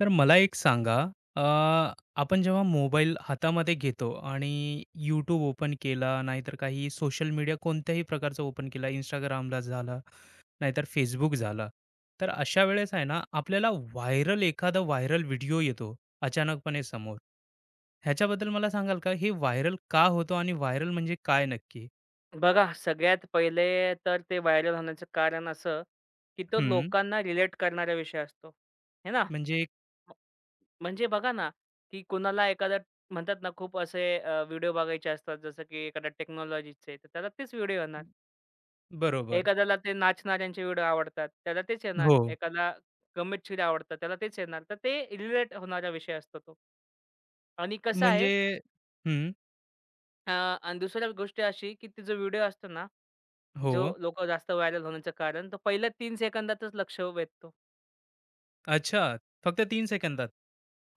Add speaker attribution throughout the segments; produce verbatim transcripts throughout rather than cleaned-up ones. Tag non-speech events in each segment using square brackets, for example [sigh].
Speaker 1: तर मला एक सांगा, अ, आपण जेव्हा मोबाईल हातामध्ये घेतो आणि YouTube ओपन केला, नाहीतर काही सोशल मीडिया कोणत्याही प्रकारचा ओपन केला, Instagramला झाला, नाहीतर Facebook झाला. तर अशा वेळेस आहे ना, आपल्याला व्हायरल एखादा व्हायरल व्हिडिओ येतो अचानकपणे समोर. ह्याच्याबद्दल मला सांगाल का, हे व्हायरल का होतो आणि व्हायरल म्हणजे काय नक्की?
Speaker 2: बघा, सगळ्यात पहिले तर ते व्हायरल होण्याचं कारण असं, की तो
Speaker 1: हं,
Speaker 2: लोकांना रिलेट करणारा विषय असतो, हे ना?
Speaker 1: म्हणजे
Speaker 2: म म्हणजे बघा ना, की कुणाला एखादा म्हणतात ना, खूप असे अ, व्हिडिओ बघायचे असतात, जसं की एखाद्या टेक्नॉलॉजीचे, तर त्याला तेच व्हिडिओ येणार.
Speaker 1: बरोबर.
Speaker 2: एखाद्याला ते नाचणाऱ्यांचे व्हिडिओ आवडतात, त्याला तेच
Speaker 1: हो,
Speaker 2: येणार. एखादा गंमतशीर आवडतात, त्याला तेच येणार. तर ते रिलेट होणारा विषय असतो तो. आणि कसं आहे
Speaker 1: म्हणजे हं,
Speaker 2: अ, आणि दुसऱ्या गोष्ट अशी, की तो व्हिडिओ असतो ना
Speaker 1: हो.
Speaker 2: जो लोकं जास्त व्हायरल होण्याचं कारण तो पहिल्या तीन सेकंदातच लक्ष वेधतो.
Speaker 1: अच्छा, फक्त तीन सेकंदात?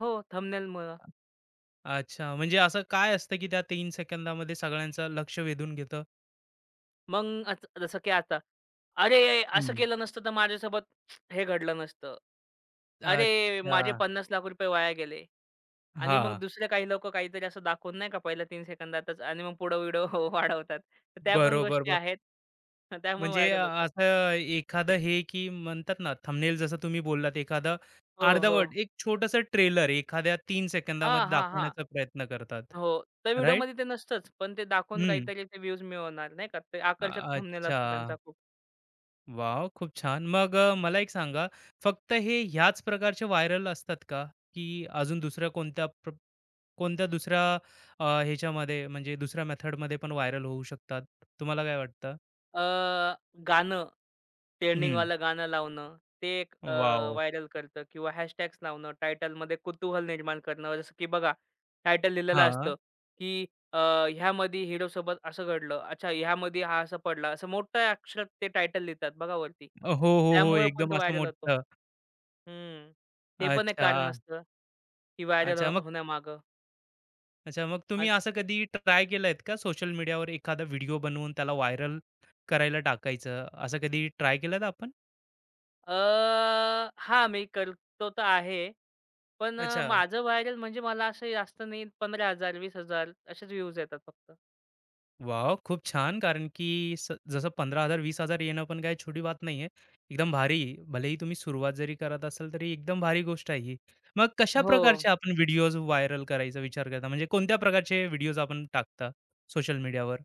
Speaker 2: हो, थंबनेलमुळं.
Speaker 1: अच्छा, म्हणजे असं काय असतं, की त्या तीन सेकंदामध्ये सगळ्यांचं लक्ष वेधून घेतं?
Speaker 2: मग अच जसं की आता, "अरे! असं
Speaker 1: हं.
Speaker 2: केलं नसतं तर माझ्यासोबत हे घडलं नसतं. अरे!
Speaker 1: अच्छा.
Speaker 2: माझे पन्नास लाख रुपये वाया गेले." आणि मग
Speaker 1: हां.
Speaker 2: दुसरे काही लोकं काहीतरी असं दाखवून नाही का पहिल्या तीन सेकंदातच आणि मग पुढं व्हिडिओ [laughs] वाढवतात. तर त्या पण
Speaker 1: बरोबर,
Speaker 2: गोष्टी
Speaker 1: बरं.
Speaker 2: आहेत. त्यामुळे
Speaker 1: म्हणजे अ,
Speaker 2: व्हायरल होतो.
Speaker 1: असं एखादं हे, की म्हणतात ना थंबनेल जसं तुम्ही बोललात, एखादं
Speaker 2: हो, हो.
Speaker 1: अर्धवट एक छोटंसं ट्रेलर एखाद्या तीन
Speaker 2: हां,
Speaker 1: सेकंदामध्ये
Speaker 2: हां, हां.
Speaker 1: दाखवण्याचा प्रयत्न करतात.
Speaker 2: हो. त्या
Speaker 1: राइट?
Speaker 2: व्हिडिओमध्ये ते नसतंच, पण ते दाखवून
Speaker 1: हं.
Speaker 2: काहीतरी ते व्ह्यूज मिळवणार नाही का. ते
Speaker 1: अ
Speaker 2: आकर्षक थंबनेल
Speaker 1: अच्छा.
Speaker 2: असतो त्यांचा.
Speaker 1: वॉव! खूप छान. मग अ, मला एक सांगा, फक्त हे ह्याच प्रकारचे व्हायरल असतात का? की अजून दुसऱ्या कोणत्या प्र कोणत्या दुसऱ्या अ, ह्याच्यामध्ये म्हणजे दुसऱ्या मेथडमध्ये पण व्हायरल होऊ शकतात. तुम्हाला काय वाटतं?
Speaker 2: अ, गाणं,
Speaker 1: हं,
Speaker 2: ट्रेंडिंगवालं गाणं लावणं, ते एक अ,
Speaker 1: वॉव!
Speaker 2: व्हायरल करतं किंवा हॅशटॅग्स लावणं, टायटलमध्ये कुतूहल निर्माण करणं. जसं की बघा, टायटल लिहिलेलं
Speaker 1: हां.
Speaker 2: असतं, की अ, ह्यामध्ये हिरोसोबत असं घडलं. अच्छा, ह्यामध्ये हा असा पडला. असं मोठ्या अक्षरात ते टायटल लिहितात बघा वरती.
Speaker 1: हो, हो, हो.
Speaker 2: त्यामुळे पण
Speaker 1: एकदम
Speaker 2: तो
Speaker 1: असं
Speaker 2: व्हायरल होतो.
Speaker 1: मोठं.
Speaker 2: हं. ते पण एक
Speaker 1: अच्छा,
Speaker 2: कारण असतं, की व्हायरल
Speaker 1: अच्छा.
Speaker 2: हो
Speaker 1: मग
Speaker 2: होण्यामागं.
Speaker 1: अच्छा, मग तुम्ही असं कधी ट्राय केलंत का सोशल मीडियावर एखादा व्हिडिओ बनवून त्याला व्हायरल करायला टाकायचं, असं कधी ट्राय केलंत आपण?
Speaker 2: अ, हां, मी करतो तर आहे. पण अ,
Speaker 1: अच्छा.
Speaker 2: माझं व्हायरल म्हणजे मला असं जास्त नाही पंधरा हजार वीस हजार असेच व्ह्यूज येतात फक्त.
Speaker 1: वॉव! खूप छान. कारण की स जसं पंधरा हजार वीस 20000 येणं पण काही छोटी बात नाहीये. एकदम भारी. भलेही तुम्ही सुरुवात जरी करत असाल, तरी एकदम भारी गोष्ट आहे ही. मग कशा
Speaker 2: हो.
Speaker 1: प्रकारचे आपण व्हिडिओज व्हायरल करायचा विचार करता? म्हणजे कोणत्या प्रकारचे व्हिडिओज आपण टाकता सोशल मीडियावर?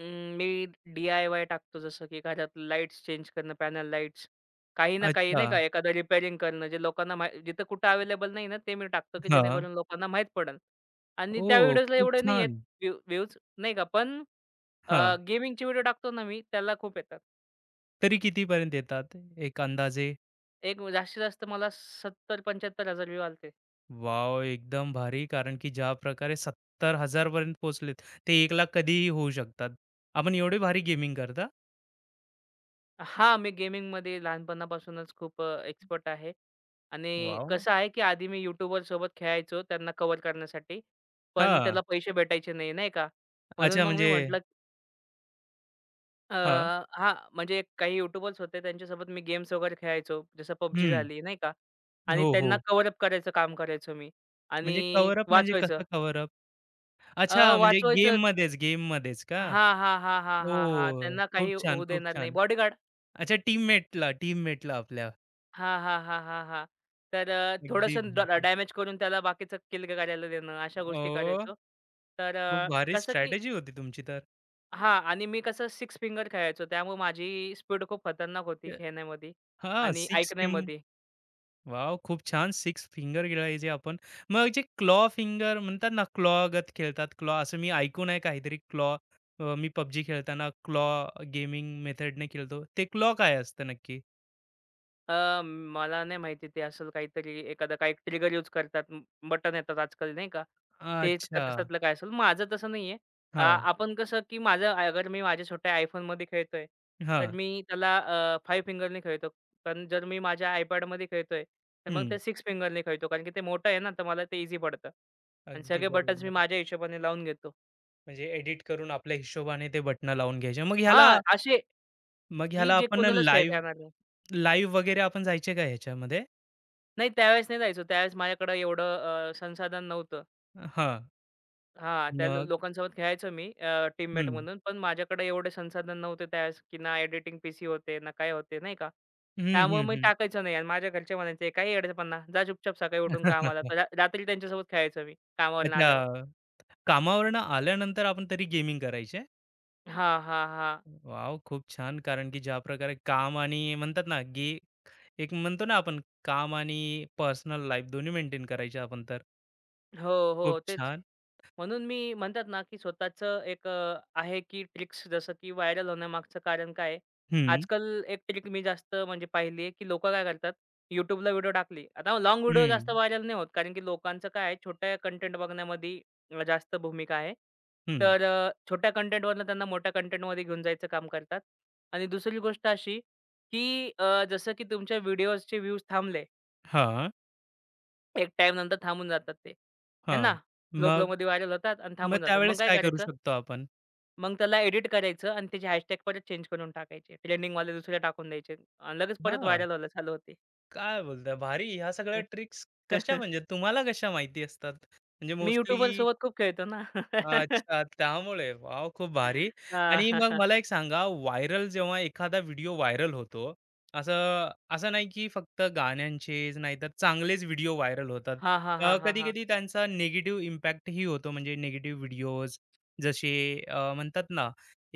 Speaker 2: अं, मी डी-आय-वाय टाकतो जसं की घरात लाईट्स चेंज करणं, पॅनल लाईट्स. काही ना काही
Speaker 1: अच्छा.
Speaker 2: नाही का एखादं रिपेअरिंग करणं जे लोकांना माही जिथं कुठं अवेलेबल नाही ना, ते मी टाकतो की
Speaker 1: हां.
Speaker 2: जेणेकरून लोकांना माहीत पडेल. आणि त्या
Speaker 1: ओह!
Speaker 2: व्हिडिओजला
Speaker 1: खूप
Speaker 2: एवढे नाही येत
Speaker 1: छान.
Speaker 2: व्ह्यूज नाही का. पण
Speaker 1: हां.
Speaker 2: गेमिंगचे व्हिडिओ टाकतो ना मी त्याला खूप येतात.
Speaker 1: तरी कितीपर्यंत येतात एक अंदाजे?
Speaker 2: एक म्हणजे जास्तीत जास्त मला सत्तर हजार-पंचाहत्तर हजार व्ह्यू आलते.
Speaker 1: वॉव! एकदम भारी. कारण की ज्या प्रकारे सत्तर हजार पर्यंत पोहोचलेत, ते एक लाख कधीही होऊ शकतात. आपण एवढे भारी गेमिंग करता?
Speaker 2: हां, मी गेमिंगमध्ये लहानपणापासूनच खूप एक्सपर्ट आहे आणि
Speaker 1: वॉव!
Speaker 2: कसं आहे, की आधी मी यूट्यूबरसोबत खेळायचो त्यांना कव्हर करण्यासाठी. पण
Speaker 1: हां.
Speaker 2: त्याला पैसे भेटायचे नाही, नाही का? म्हणून
Speaker 1: अच्छा,
Speaker 2: मग मी
Speaker 1: म्हणजे
Speaker 2: म्हटलं. अ,
Speaker 1: हां.
Speaker 2: हां, म्हणजे काही यूट्यूबर्स होते त्यांच्यासोबत मी गेम्स वगैरे खेळायचो. जसं पब जी
Speaker 1: हं.
Speaker 2: झाली, नाही का? आणि
Speaker 1: हो,
Speaker 2: त्यांना
Speaker 1: हो.
Speaker 2: कव्हर अप करायचं काम करायचो मी
Speaker 1: म्हणजे
Speaker 2: आणि
Speaker 1: कव्हर अप म्हणजे
Speaker 2: वाचवायचं.
Speaker 1: कसं कव्हर अप?
Speaker 2: अ,
Speaker 1: अच्छा, म्हणजे
Speaker 2: वाचवायचं.
Speaker 1: गेममध्येच, गेममध्येच का?
Speaker 2: हां, हां, हां, हां, हां, हां.
Speaker 1: ओह!
Speaker 2: त्यांना
Speaker 1: खूप
Speaker 2: काही
Speaker 1: छान,
Speaker 2: होऊ
Speaker 1: खूप
Speaker 2: देणार नाही.
Speaker 1: छान.
Speaker 2: बॉडीगार्ड.
Speaker 1: अच्छा, टीममेटला, टीममेटला आपल्या.
Speaker 2: हां, हां, हां, हां, हां. तर अ,
Speaker 1: अगदी
Speaker 2: थोडंसं ड
Speaker 1: भारी.
Speaker 2: डॅमेज करून त्याला बाकीचं किल करायला देणं, अशा गोष्टी
Speaker 1: ओह!
Speaker 2: करायचो. तर
Speaker 1: खूप
Speaker 2: अ,
Speaker 1: भारी
Speaker 2: कसं की
Speaker 1: स्ट्रॅटेजी होती तुमची तर.
Speaker 2: हां आणि मी कसं सिक्स फिंगर खेळायचो, त्यामुळे माझी स्पीड खूप खतरनाक होती खेळण्यामध्ये
Speaker 1: हां,
Speaker 2: आणि
Speaker 1: सिक्स टीम.
Speaker 2: ऐकण्यामध्ये.
Speaker 1: वॉव! खूप छान. सिक्स फिंगर खेळायचे आपण. मग जे क्लॉ फिंगर म्हणतात ना, क्लॉगत खेळतात. क्लॉ असं मी ऐकून आहे काहीतरी क्लॉ. अ, मी पब्जी खेळताना क्लॉ गेमिंग मेथडने खेळतो. ते क्लॉ काय असतं नक्की?
Speaker 2: अ, मला नाही माहिती ते असेल काहीतरी एखादा काही ट्रिगर यूज करतात. बटन येतात आजकाल नाही का? ते का
Speaker 1: अच्छा.
Speaker 2: तशातलं काय असेल. माझं तसं नाहीये. अ,
Speaker 1: हां,
Speaker 2: आपण कसं की माझं आ- अगर मी माझ्या छोट्या iPhoneमध्ये खेळतोय, तर
Speaker 1: हां.
Speaker 2: मी त्याला अ, पाच खेळतो. पण जर मी माझ्या iPadमध्ये खेळतोय, तर मग
Speaker 1: हं.
Speaker 2: ते सहा फिंगरनी खेळतो. कारण की ते मोठं आहे ना, तर मला ते ईझी पडतं. आणि
Speaker 1: अगदी
Speaker 2: सगळे बटन्स मी
Speaker 1: बरोबर.
Speaker 2: माझ्या हिशोबाने लावून घेतो.
Speaker 1: म्हणजे एडिट करून आपल्या हिशोबाने ते बटणं लावून घ्यायचे. मग ह्याला
Speaker 2: हां, असे
Speaker 1: मग
Speaker 2: की
Speaker 1: ह्याला
Speaker 2: जे
Speaker 1: आपण
Speaker 2: कोणालाच खेळता
Speaker 1: लाईव्ह,
Speaker 2: येणार नाही.
Speaker 1: लाईव्ह वगैरे आपण जायचे का ह्याच्यामध्ये?
Speaker 2: नाही त्यावेळेस नाही जायचो. त्यावेळेस माझ्याकडे एवढं अ, संसाधन नव्हतं.
Speaker 1: हां.
Speaker 2: हां, त्या लो
Speaker 1: मग
Speaker 2: लोकांसोबत खेळायचो मी अ, टीममेट
Speaker 1: हं.
Speaker 2: म्हणून. पण माझ्याकडे एवढे संसाधन नव्हते त्यावेळेस, की ना एडिटिंग पीसी होते, ना काय होते, नाही का.
Speaker 1: हं,
Speaker 2: त्यामुळे
Speaker 1: हं,
Speaker 2: मी
Speaker 1: हं.
Speaker 2: टाकायचं नाही आणि माझ्या घरचे म्हणायचे, "काय येडयापणा, जा चुपचाप सकाळी उठून कामाला." तर
Speaker 1: [laughs]
Speaker 2: रा रात्री त्यांच्यासोबत खेळायचो मी कामावरून आल्यावर.
Speaker 1: अच्छा. कामावरनं आल्यानंतर आपण तरी गेमिंग करायचे?
Speaker 2: हां, हां, हां.
Speaker 1: वॉव! खूप छान. कारण की ज्या प्रकारे काम आणि म्हणतात ना, की एक म्हणतो ना आपण काम आणि पर्सनल लाईफ दोन्ही मेंटेन करायचे आपण तर.
Speaker 2: हो,
Speaker 1: खूप
Speaker 2: हो. तेच.
Speaker 1: छान.
Speaker 2: म्हणून मी म्हणतात ना, की स्वतःचं एक अ, आहे की ट्रिक्स जसं की व्हायरल होण्यामागचं कारण काय आहे?
Speaker 1: हं,
Speaker 2: आजकाल एक ट्रिक मी जास्त म्हणजे पाहिली आहे, की लोकं काय करतात YouTubeला व्हिडिओ टाकली. आता लाँग व्हिडिओ
Speaker 1: हं,
Speaker 2: जास्त व्हायरल नाही होत, कारण की लोकांचं काय आहे, छोट्या कंटेंट बघण्यामध्ये जास्त भूमिका आहे.
Speaker 1: हं.
Speaker 2: तर अ, छोट्या कंटेंटवरनं त्यांना मोठ्या कंटेंटमध्ये घेऊन जायचं काम करतात. आणि दुसरी गोष्ट अशी, की अ, जसं की तुमच्या व्हिडिओजचे व्ह्यूज थांबले
Speaker 1: हां,
Speaker 2: एक टाईमनंतर थांबून जातात ते. आहे
Speaker 1: हां.
Speaker 2: ना? फ्लो,
Speaker 1: मग
Speaker 2: फ्लोमध्ये व्हायरल होतात आणि
Speaker 1: मग
Speaker 2: थांबून जातात. मग
Speaker 1: त्यावेळेस
Speaker 2: काय
Speaker 1: काय करू
Speaker 2: करायचं?
Speaker 1: शकतो आपण?
Speaker 2: मग त्याला एडिट करायचं आणि त्याचे हॅशटॅग परत चेंज करून टाकायचे. ट्रेंडिंगवाले दुसरे टाकून द्यायचे आणि लगेच परत
Speaker 1: हां,
Speaker 2: व्हायरल व्हायला चालू होते.
Speaker 1: काय बोलताय? भारी. ह्या सगळ्या ट्रिक्स कशा म्हणजे
Speaker 2: [laughs]
Speaker 1: तुम्हाला कशा माहिती असतात? म्हणजे
Speaker 2: मी
Speaker 1: मोस्टली
Speaker 2: YouTuberसोबत खूप खेळतो ना. [laughs]
Speaker 1: अच्छा, त्यामुळे. वॉव! खूप भारी. आणि मग
Speaker 2: हां.
Speaker 1: मला एक सांगा, व्हायरल जेव्हा एखादा व्हिडिओ व्हायरल होतो, असं असं नाही की फक्त गाण्यांचेच नाहीतर चांगलेच व्हिडिओ व्हायरल होतात.
Speaker 2: हां, हां,
Speaker 1: अ,
Speaker 2: हां, हां, हां.
Speaker 1: कधी-कधी त्यांचा निगेटिव्ह इम्पॅक्टही होतो, म्हणजे निगेटिव्ह व्हिडिओज जसे अ, म्हणतात ना,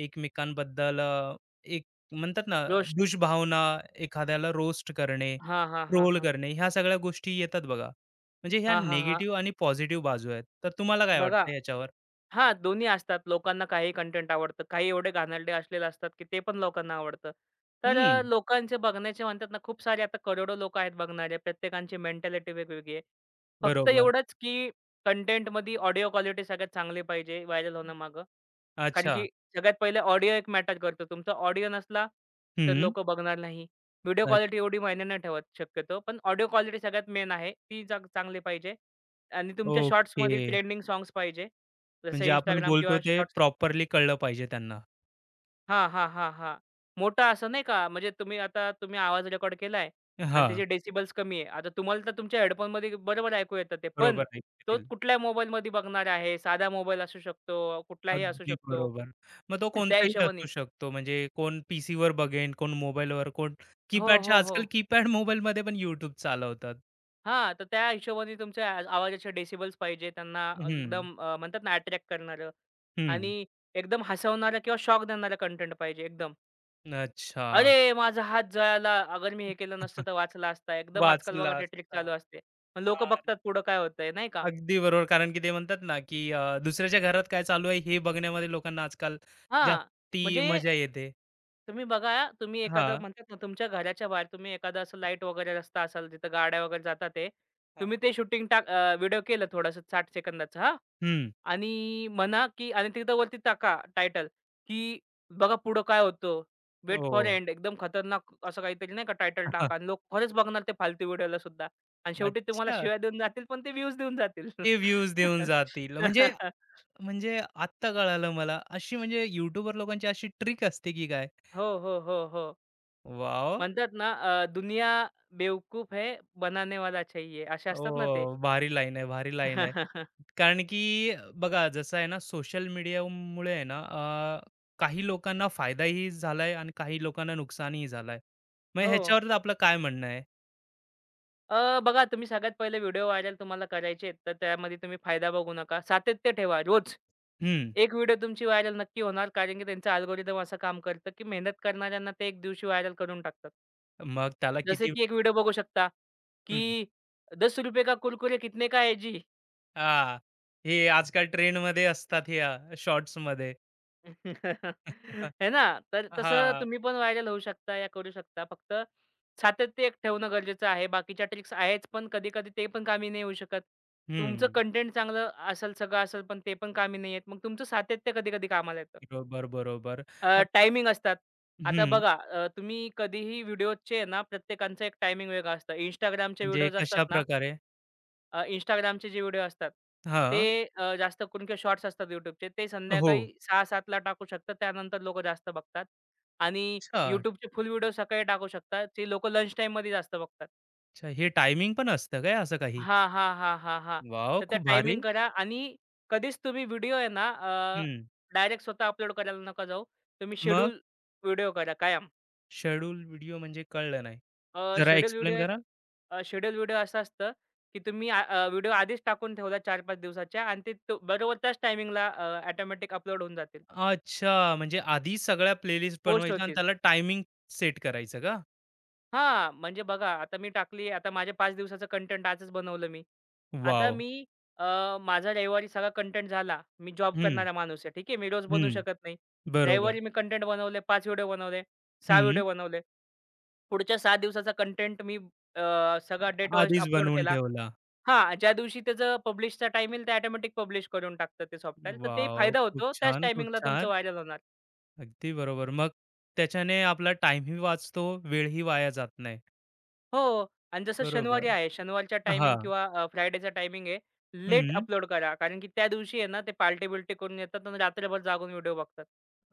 Speaker 1: एकमेकांबद्दल अ, एक म्हणतात ना,
Speaker 2: रोस्ट.
Speaker 1: दुष्भावना, एखाद्याला रोस्ट करणे,
Speaker 2: हां, हां, हां,
Speaker 1: ट्रोल
Speaker 2: हां.
Speaker 1: करणे, ह्या सगळ्या गोष्टी येतात बघा. म्हणजे ह्या
Speaker 2: हां, हां, हां.
Speaker 1: निगेटिव्ह आणि पॉझिटिव्ह बाजू आहेत. तर तुम्हाला काय
Speaker 2: बघा.
Speaker 1: वाटतं याच्यावर?
Speaker 2: हां, दोन्ही असतात. लोकांना काही कंटेंट आवडतं. काही एवढे घाणेरडे असलेले असतात, की ते पण लोकांना आवडतं. तर
Speaker 1: हं,
Speaker 2: अ, लोकांचे बघण्याचे म्हणतात ना, खूप सारे आता करोडो लोकं आहेत बघणारे. प्रत्येकांची मेंटॅलिटी वेगवेगळी आहे. फक्त
Speaker 1: बरोबर.
Speaker 2: एवढंच, की कंटेंटमध्ये ऑडिओ क्वालिटी सगळ्यात चांगली पाहिजे व्हायरल होण्यामागं. कारण
Speaker 1: अच्छा.
Speaker 2: की सगळ्यात पहिले ऑडिओ एक मॅटर करतो. तुमचा ऑडिओ नसला, तर
Speaker 1: हं.
Speaker 2: लोकं बघणार नाही. व्हिडिओ
Speaker 1: अ,
Speaker 2: क्वालिटी एवढी मायने नाही ठेवत शक्यतो, पण ऑडिओ क्वालिटी सगळ्यात मेन आहे. ती चांग चांगली पाहिजे आणि तुमच्या
Speaker 1: ओके.
Speaker 2: शॉर्ट्समध्ये ट्रेंडिंग सॉंग्स पाहिजे. जसं
Speaker 1: म्हणजे आपण
Speaker 2: Instagram
Speaker 1: बोलतो
Speaker 2: किंवा
Speaker 1: ते
Speaker 2: शॉर्ट्स.
Speaker 1: प्रॉपरली कळलं पाहिजे त्यांना.
Speaker 2: हां, हां, हां, हां. मोठा असं नाही का, म्हणजे तुम्ही आता तुम्ही आवाज रेकॉर्ड केलाय आणि
Speaker 1: हां,
Speaker 2: त्याचे डेसिबल्स कमी आहे. आता तुम्हाला तर तुमच्या हेडफोनमध्ये बरोबर ऐकू येतं ते, पण
Speaker 1: बरोबर
Speaker 2: तो
Speaker 1: ऐकतील.
Speaker 2: कुठल्या मोबाईलमध्ये बघणार आहे. साधा मोबाईल असू शकतो, कुठलाही असू
Speaker 1: अगदी
Speaker 2: शकतो.
Speaker 1: बरोबर. मग तो
Speaker 2: त्या
Speaker 1: कोणताही
Speaker 2: हिशोबाने.
Speaker 1: असू शकतो. म्हणजे कोण पीसीवर बघेन, कोण मोबाईलवर, कोण
Speaker 2: हो,
Speaker 1: कीपॅडच्या
Speaker 2: हो, हो.
Speaker 1: आजकाल कीपॅड मोबाईलमध्ये पण YouTube चालवतात.
Speaker 2: हां, तर त्या हिशोबाने तुमच्या आ आवाजाचे डेसिबल्स पाहिजे त्यांना अ,
Speaker 1: हं,
Speaker 2: एकदम अ, म्हणतात ना अट्रॅक्ट करणारं
Speaker 1: हं.
Speaker 2: आणि एकदम हसवणारं किंवा शॉक देणारं कंटेंट पाहिजे एकदम.
Speaker 1: अच्छा.
Speaker 2: "अरे! माझा हात जळाला. अगर मी हे केलं नसतं
Speaker 1: [laughs]
Speaker 2: तर वाचला असता." एकदम आजकाल
Speaker 1: वाचला
Speaker 2: बघा ते ट्रिक
Speaker 1: असता.
Speaker 2: चालू असते. मग
Speaker 1: हां,
Speaker 2: बघतात पुढं काय होतंय नाही का?
Speaker 1: अगदी बरोबर. कारण की ते म्हणतात ना, की अ, दुसऱ्याच्या घरात काय चालू आहे हे बघण्यामध्ये लोकांना आजकाल
Speaker 2: हां,
Speaker 1: जास्ती
Speaker 2: म्हणजे
Speaker 1: मजा येते.
Speaker 2: तुम्ही बघा तुम्ही एखादं
Speaker 1: हां.
Speaker 2: म्हणतात ना तुमच्या घराच्या बाहेर तुम्ही एखादा असं लाईट वगैरे रस्ता असाल जिथं गाड्या वगैरे जातात आहे.
Speaker 1: हां.
Speaker 2: तुम्ही ते शूटिंग टाक व्हिडिओ केलं थोडंसं साठ सेकंदाचं हां.
Speaker 1: हं.
Speaker 2: आणि म्हणा, की आणि तिथं वरती टाका टायटल, की बघा पुढं काय होतं. Weight for
Speaker 1: oh!
Speaker 2: एंड एकदम खतरनाक असं काहीतरी नाही का टायटल
Speaker 1: [laughs]
Speaker 2: टाका आणि लोक खरंच बघणार ते फालतू व्हिडिओला सुद्धा आणि शेवटी तुम्हाला
Speaker 1: अच्छा.
Speaker 2: शिव्या देऊन जातील, पण ते व्ह्यूज देऊन जातील.
Speaker 1: ते व्ह्यूज देऊन जातील. म्हणजे
Speaker 2: [laughs]
Speaker 1: म्हणजे आत्ता कळालं मला. अशी म्हणजे यूट्यूबर लोकांची अशी ट्रिक असते की काय?
Speaker 2: हो, हो, हो, हो.
Speaker 1: वाव.
Speaker 2: म्हणतात ना अ, दुनिया बेवकूफ है, बनाने वाला चाहिए असे असतात ना ते.
Speaker 1: ओह! भारी लाईन आहे, भारी लाईन आहे.
Speaker 2: [laughs]
Speaker 1: कारण की बघा जसं आहे ना सोशल मीडियामुळे आहे ना अ, काही लोकांना फायदाही झालाय आणि काही लोकांना नुकसानही झालंय. मग
Speaker 2: हो.
Speaker 1: ह्याच्यावर आपलं काय म्हणणं आहे?
Speaker 2: अ, बघा तुम्ही सगळ्यात पहिले व्हिडिओ व्हायरल तुम्हाला करायचे आहेत, तर त्यामध्ये तुम्ही फायदा बघू नका. सातत्य ठेवा रोज.
Speaker 1: हं.
Speaker 2: एक व्हिडिओ तुमची व्हायरल नक्की होणार, कारण की त्यांचं अल्गोरिदम असं काम करतं, की मेहनत करणाऱ्यांना ते एक दिवशी व्हायरल करून टाकतात.
Speaker 1: मग त्याला
Speaker 2: जसे
Speaker 1: किती
Speaker 2: की एक व्हिडिओ बघू शकता, की ₹दहा का कुरकुरे कितने का है जी?
Speaker 1: हां. हे आजकाल ट्रेंडमध्ये असतात हे अ, शॉर्ट्समध्ये.
Speaker 2: [laughs] है ना? तर तसं
Speaker 1: हां.
Speaker 2: तुम्ही पण व्हायरल होऊ शकता या करू शकता. फक्त सातत्य एक ठेवणं गरजेचं आहे. बाकीच्या ट्रिक्स आहेच, पण कधी-कधी ते पण कामी नाही येऊ शकत. तुमचं
Speaker 1: हं. [laughs]
Speaker 2: कंटेंट चांगलं असेल, सगळं असेल, पण ते पण कामी नाही येत. मग तुमचं सातत्य कधी-कधी कामाला येतं.
Speaker 1: बरोबर, बरोबर.
Speaker 2: अ,
Speaker 1: आत
Speaker 2: टायमिंग असतात. आता
Speaker 1: हं.
Speaker 2: बघा अ, तुम्ही कधीही व्हिडिओचे आहे ना, प्रत्येकांचं एक टायमिंग वेगळं असतं. Instagramचे
Speaker 1: म्हणजे
Speaker 2: व्हिडिओज असतात ना,
Speaker 1: कशाप्रकारे?
Speaker 2: अ, Instagramचे जे व्हिडिओ असतात, ते
Speaker 1: हां.
Speaker 2: अ, जास्त करून किंवा शॉर्ट्स असतात YouTubeचे, ते
Speaker 1: हो.
Speaker 2: संध्याकाळी सहा सात टाकू शकतात. त्यानंतर लोकं जास्त बघतात. आणि
Speaker 1: अच्छा,
Speaker 2: YouTubeचे फुल व्हिडिओ सकाळी टाकू शकतात. ते लोकं लंच टाईममध्ये जास्त बघतात.
Speaker 1: अच्छा. हे टायमिंग पण असतं काय असं काही?
Speaker 2: हां, हां, हां, हां, हां.
Speaker 1: वॉव!
Speaker 2: तर त्या
Speaker 1: खूप भारी.
Speaker 2: टायमिंग करा आणि कधीच तुम्ही व्हिडिओ आहे ना,
Speaker 1: हं.
Speaker 2: डायरेक्ट स्वतः अपलोड करायला नका जाऊ. तुम्ही
Speaker 1: मग
Speaker 2: शेड्यूल व्हिडिओ करा कायम.
Speaker 1: शेड्यूल व्हिडिओ म्हणजे कळलं नाही.
Speaker 2: अ,
Speaker 1: जरा
Speaker 2: शेड्यूल व्हिडिओ
Speaker 1: एक्सप्लेन
Speaker 2: एक
Speaker 1: करा?
Speaker 2: शेड्यूल व्हिडिओ असं असतं, की तुम्ही आ अ, व्हिडिओ आधीच टाकून ठेवला चार पाच दिवसाच्या आणि ते तो बरोबर त्याच टायमिंगला ऑटोमॅटिक अपलोड होऊन जातील.
Speaker 1: अच्छा, म्हणजे आधी सगळ्या प्लेलिस्ट
Speaker 2: पोस्ट
Speaker 1: बनवायचा आणि
Speaker 2: होतील.
Speaker 1: त्याला टायमिंग सेट करायचं का?
Speaker 2: हा, म्हणजे बघा आता मी टाकली आता माझ्या पाच दिवसाचं कंटेंट आजच बनवलं मी. आता
Speaker 1: वॉव!
Speaker 2: मी अ, माझा रविवारी सगळा कंटेंट झाला. मी जॉब
Speaker 1: हं,
Speaker 2: करणारा माणूस आहे. ठीक आहे. मी रोज बनवू
Speaker 1: हं.
Speaker 2: शकत नाही.
Speaker 1: बरोबर.
Speaker 2: रविवारी मी कंटेंट बनवले, पाच व्हिडिओ बनवले, सहा
Speaker 1: हं.
Speaker 2: व्हिडिओ बनवले. पुढच्या सहा दिवसाचा कंटेंट मी अ, सगळा डेट वाईज
Speaker 1: आधीच
Speaker 2: अपलोड
Speaker 1: बनवून
Speaker 2: केला.
Speaker 1: ठेवला.
Speaker 2: हां, ज्या दिवशी त्याचं पब्लिशचा टाईम येईल, ते ऑटोमॅटिक पब्लिश करून टाकतं ते सॉफ्टवेअर. तर ते
Speaker 1: वॉव!
Speaker 2: फायदा
Speaker 1: खूप
Speaker 2: होतो. त्याच
Speaker 1: छान, खूप
Speaker 2: टायमिंगला तुमचं
Speaker 1: छान.
Speaker 2: व्हायरल होणार.
Speaker 1: अगदी बरोबर. मग त्याच्याने आपला टाईमही वाचतो, वेळही वाया जात नाही.
Speaker 2: हो आणि जसं
Speaker 1: बरोबर.
Speaker 2: शनिवारी आहे, शनिवारचा टायमिंग
Speaker 1: हां.
Speaker 2: किंवा फ्रायडेचा टायमिंग आहे, लेट
Speaker 1: हं.
Speaker 2: अपलोड करा. कारण की त्या दिवशी आहे ना, ते पार्टी-बिर्टी करून येतात आणि रात्रभर जागून व्हिडिओ बघतात.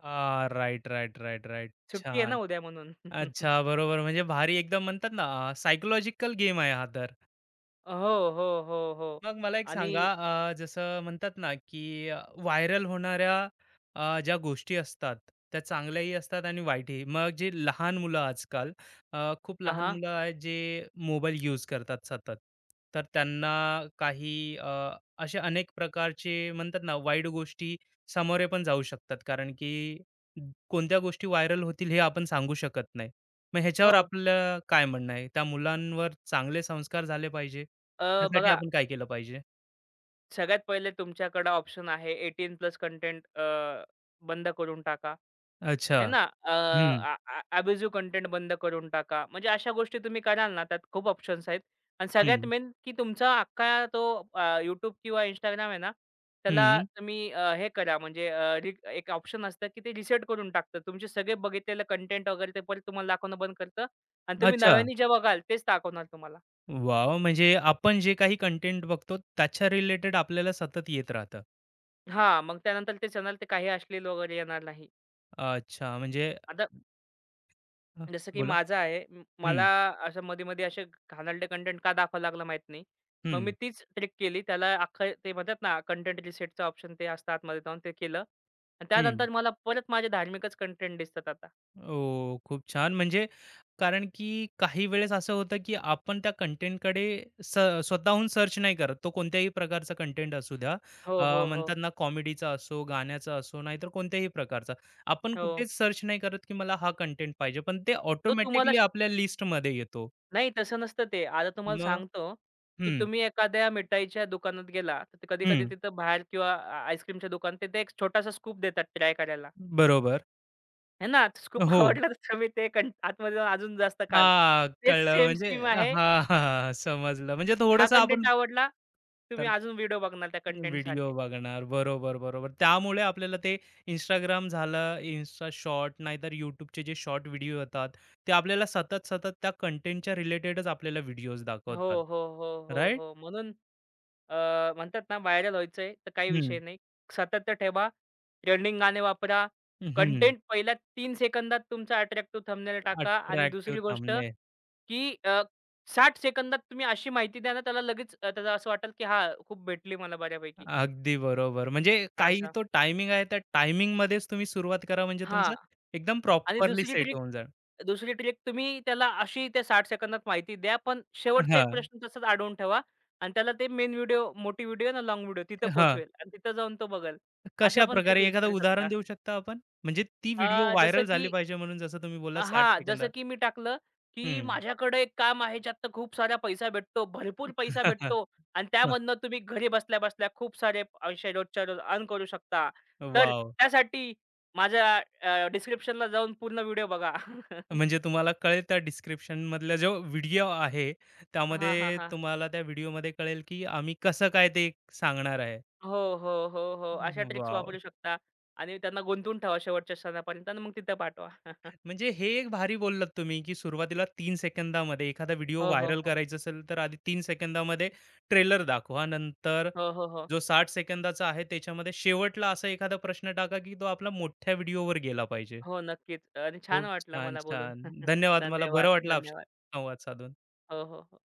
Speaker 1: आ, राइट, राइट, राइट, राइट.
Speaker 2: सुट्टी आहे ना
Speaker 1: छान.
Speaker 2: उद्या म्हणून. [laughs]
Speaker 1: अच्छा, बरोबर. म्हणजे भारी एकदम म्हणतात ना, अ, गेम आहे हा तर.
Speaker 2: हो, हो, हो, हो.
Speaker 1: मग मला एक
Speaker 2: आणि
Speaker 1: सांगा, अ, जसं म्हणतात ना की अ, व्हायरल होणाऱ्या अ, ज्या गोष्टी असतात, त्या चांगल्याही असतात आणि वाईटही. मग जे लहान मुलं आजकाल अ, खूप लहान
Speaker 2: आ,
Speaker 1: मुलं आहेत जे मोबाईल यूज करतात सतत, तर त्यांना काही अ, असे अनेक प्रकारचे म्हणतात ना वाईट गोष्टी सामोरे पण जाऊ शकतात, कारण की कोणत्या गोष्टी व्हायरल होतील हे आपण सांगू शकत नाही. मग ह्याच्यावर
Speaker 2: हो.
Speaker 1: आपलं काय म्हणणं आहे, त्या मुलांवर चांगले संस्कार झाले पाहिजे,
Speaker 2: अ,
Speaker 1: त्यासाठी
Speaker 2: बघा,
Speaker 1: आपण काय केलं पाहिजे?
Speaker 2: सगळ्यात पहिले तुमच्याकडं ऑप्शन आहे अठरा प्लस कंटेंट बंद करून टाका.
Speaker 1: अच्छा.
Speaker 2: है ना?
Speaker 1: हं,
Speaker 2: अ, कंटेंट बंद करून टाका. म्हणजे अशा गोष्टी तुम्ही कराल ना, त्यात खूप ऑप्शन्स आहेत. आणि सगळ्यात
Speaker 1: हं,
Speaker 2: मेन की तुमचा अख्खा तो अ, किंवा Instagram आहे ना, त्याला
Speaker 1: हं.
Speaker 2: तुम्ही अ, हे करा म्हणजे अ, रि एक ऑप्शन असतं की ते रिसेट करून टाकतं. तुमचे सगळे बघितलेलं कंटेंट वगैरे ते परत तुम्हाला दाखवणं बंद करतं आणि तुम्ही
Speaker 1: अच्छा.
Speaker 2: नव्याने जे बघाल तेच दाखवणार तुम्हाला.
Speaker 1: वॉव! म्हणजे आपण जे काही कंटेंट बघतो त्याच्या रिलेटेड आपल्याला सतत येत राहतं.
Speaker 2: हां, मग त्यानंतर ते चॅनल ते काही अश्लील वगैरे येणार नाही.
Speaker 1: अच्छा, म्हणजे
Speaker 2: आता
Speaker 1: अ,
Speaker 2: जसं की
Speaker 1: बोला.
Speaker 2: माझं आहे म
Speaker 1: हं,
Speaker 2: मला असं मध्ये-मध्ये असे घाणेरडे कंटेंट का दाखवायला लागला माहीत नाही. मग
Speaker 1: हं,
Speaker 2: मी तीच ट्रिक केली. त्याला अख्खं ते म्हणतात ना कंटेंट रिसेटचं ऑप्शन ते असतं आतमध्ये जाऊन ते केलं आणि
Speaker 1: हं.
Speaker 2: त्यानंतर मला परत माझे धार्मिकच कंटेंट दिसतात आता.
Speaker 1: ओह! खूप छान. म्हणजे कारण की काही वेळेस असं होतं, की आपण त्या कंटेंटकडे स स्वतःहून सर्च नाही करत. तो कोणत्याही प्रकारचा कंटेंट असू द्या.
Speaker 2: हो,
Speaker 1: अ,
Speaker 2: हो, हो.
Speaker 1: म्हणतात ना कॉमेडीचा असो, गाण्याचा असो, नाहीतर कोणत्याही प्रकारचा. आपण
Speaker 2: हो.
Speaker 1: कुठेच सर्च नाही करत, की मला हा कंटेंट पाहिजे. पण ते
Speaker 2: तर तुम्हाला
Speaker 1: ऑटोमॅटिकली
Speaker 2: श
Speaker 1: आपल्या लिस्टमध्ये येतो.
Speaker 2: नाही तसं नसतं ते. आता तुम्हाला
Speaker 1: मग
Speaker 2: सांगतो, की
Speaker 1: हं,
Speaker 2: तुम्ही एखाद्या मिठाईच्या दुकानात गेला, तर कधी-कधी
Speaker 1: हं.
Speaker 2: तिथं बाहेर किंवा आईस्क्रीमच्या दुकानात तिथे एक छोटासा स्कूप देतात ट्राय करायला.
Speaker 1: बरोबर.
Speaker 2: आहे ना, खूप
Speaker 1: हो.
Speaker 2: आवडला तर तुम्ही ते कंट आतमध्ये जाऊन अजून जास्त खाल.
Speaker 1: हां,
Speaker 2: तेच
Speaker 1: कळलं.
Speaker 2: सेम
Speaker 1: म्हणजे
Speaker 2: स्कीम आहे.
Speaker 1: हां, हां, समजलं. म्हणजे
Speaker 2: हा
Speaker 1: थोडंसं
Speaker 2: कंटेंट
Speaker 1: आपण
Speaker 2: आवडला, तुम्ही अजून व्हिडिओ बघणार त्या कंटेंट
Speaker 1: व्हिडिओ
Speaker 2: सारखे.
Speaker 1: बघणार. बरोबर, बरोबर. त्यामुळे आपल्याला ते Instagram झालं, Insta शॉर्ट नाहीतर YouTubeचे जे शॉर्ट व्हिडिओ येतात, ते आपल्याला सतत, सतत त्या कंटेंटच्या रिलेटेडच आपल्याला व्हिडिओज दाखवतात.
Speaker 2: हो, हो, हो, हो,
Speaker 1: राइट?
Speaker 2: हो. म्हणून अ, म्हणतात ना व्हायरल व्हायचंय तर काही विषय नाही. सातत्य ठेवा, ट्रेंडिंग गाणे वापरा,
Speaker 1: हं, हं.
Speaker 2: कंटेंट पहिल्या तीन सेकंदात तुमचा अट्रॅक्टिव्ह थंबनेल टाका आणि
Speaker 1: अट्रॅक्टिव्ह
Speaker 2: दुसरी गोष्ट,
Speaker 1: थंबनेल.
Speaker 2: की अ, साठ सेकंदात तुम्ही अशी माहिती द्या ना त्याला लगेच अ, त्याला असं वाटेल, की हां, खूप भेटली मला बऱ्यापैकी.
Speaker 1: अगदी बरोबर. म्हणजे काही
Speaker 2: असं.
Speaker 1: तो टायमिंग आहे, त्या टायमिंगमध्येच तुम्ही सुरुवात करा म्हणजे तुमचं
Speaker 2: हां.
Speaker 1: एकदम
Speaker 2: आणि
Speaker 1: प्रॉपरली
Speaker 2: दुसरी
Speaker 1: सेट
Speaker 2: ट्रिक
Speaker 1: होऊन जाईल.
Speaker 2: दुसरी ट्रिक तुम्ही त्याला अशी त्या साठ सेकंदात माहिती द्या, पण शेवटचा एक
Speaker 1: हां,
Speaker 2: प्रश्न तसाच अडवून ठेवा आणि त्याला ते मेन व्हिडिओ, मोठी व्हिडिओ ना लाँग व्हिडिओ तिथं
Speaker 1: हां.
Speaker 2: पोहोचवेल आणि तिथं जाऊन तो बघेल. असं पण ट्रिक
Speaker 1: कशाप्रकारे
Speaker 2: यूज करू
Speaker 1: एखादं
Speaker 2: शकता.
Speaker 1: उदाहरण देऊ शकता आपण? म्हणजे ती व्हिडिओ
Speaker 2: अ, जसं
Speaker 1: व्हायरल झाली
Speaker 2: की
Speaker 1: पाहिजे म्हणून जसं तुम्ही बोललात साठ
Speaker 2: हां, जसं
Speaker 1: सेकंदात.
Speaker 2: की मी टाकलं, की
Speaker 1: हं.
Speaker 2: माझ्याकडे एक काम आहे ज्यात खूप सारा पैसा भेटतो, भरपूर पैसा भेटतो आणि
Speaker 1: वॉव! [laughs]
Speaker 2: त्यामधनं तुम्ही घरी बसल्या-बसल्या खूप सारे पैसे रोजच्या रोज अर्न करू शकता. तर त्यासाठी माझ्या डिस्क्रिप्शनला जाऊन पूर्ण व्हिडिओ बघा. [laughs]
Speaker 1: म्हणजे तुम्हाला कळेल त्या डिस्क्रिप्शनमधला जो व्हिडिओ आहे,
Speaker 2: हां, हां,
Speaker 1: त्यामध्ये
Speaker 2: हां.
Speaker 1: तुम्हाला त्या व्हिडिओमध्ये कळेल की आम्ही कसं काय ते सांगणार आहे.
Speaker 2: हो, हो, हो, हो. अशा ट्रिक्स
Speaker 1: वॉव!
Speaker 2: वापरू शकता आणि त्यांना गुंतवून ठेवा शेवटच्या सणापर्यंत आणि मग तिथं पाठवा. [laughs]
Speaker 1: म्हणजे हे एक भारी बोललात तुम्ही, की सुरुवातीला तीन सेकंदामध्ये एखादा व्हिडिओ
Speaker 2: हो, हो,
Speaker 1: व्हायरल
Speaker 2: हो.
Speaker 1: करायचा असेल, तर आधी तीन सेकंदामध्ये ट्रेलर दाखवा. नंतर
Speaker 2: हो, हो, हो.
Speaker 1: जो साठ सेकंदाचा आहे, त्याच्यामध्ये शेवटला असा एखादा प्रश्न टाका, की तो आपला मोठ्या व्हिडिओवर गेला पाहिजे.
Speaker 2: हो, नक्कीच आणि छान
Speaker 1: खूप
Speaker 2: वाटलं
Speaker 1: छान,
Speaker 2: मला बोलून.
Speaker 1: छान.
Speaker 2: [laughs]
Speaker 1: धन्यवाद. मला बरं
Speaker 2: धन्यवाद,
Speaker 1: वाटलं आपल्याशी
Speaker 2: धन्यवाद.
Speaker 1: संवाद साधून.
Speaker 2: हो, हो. हो.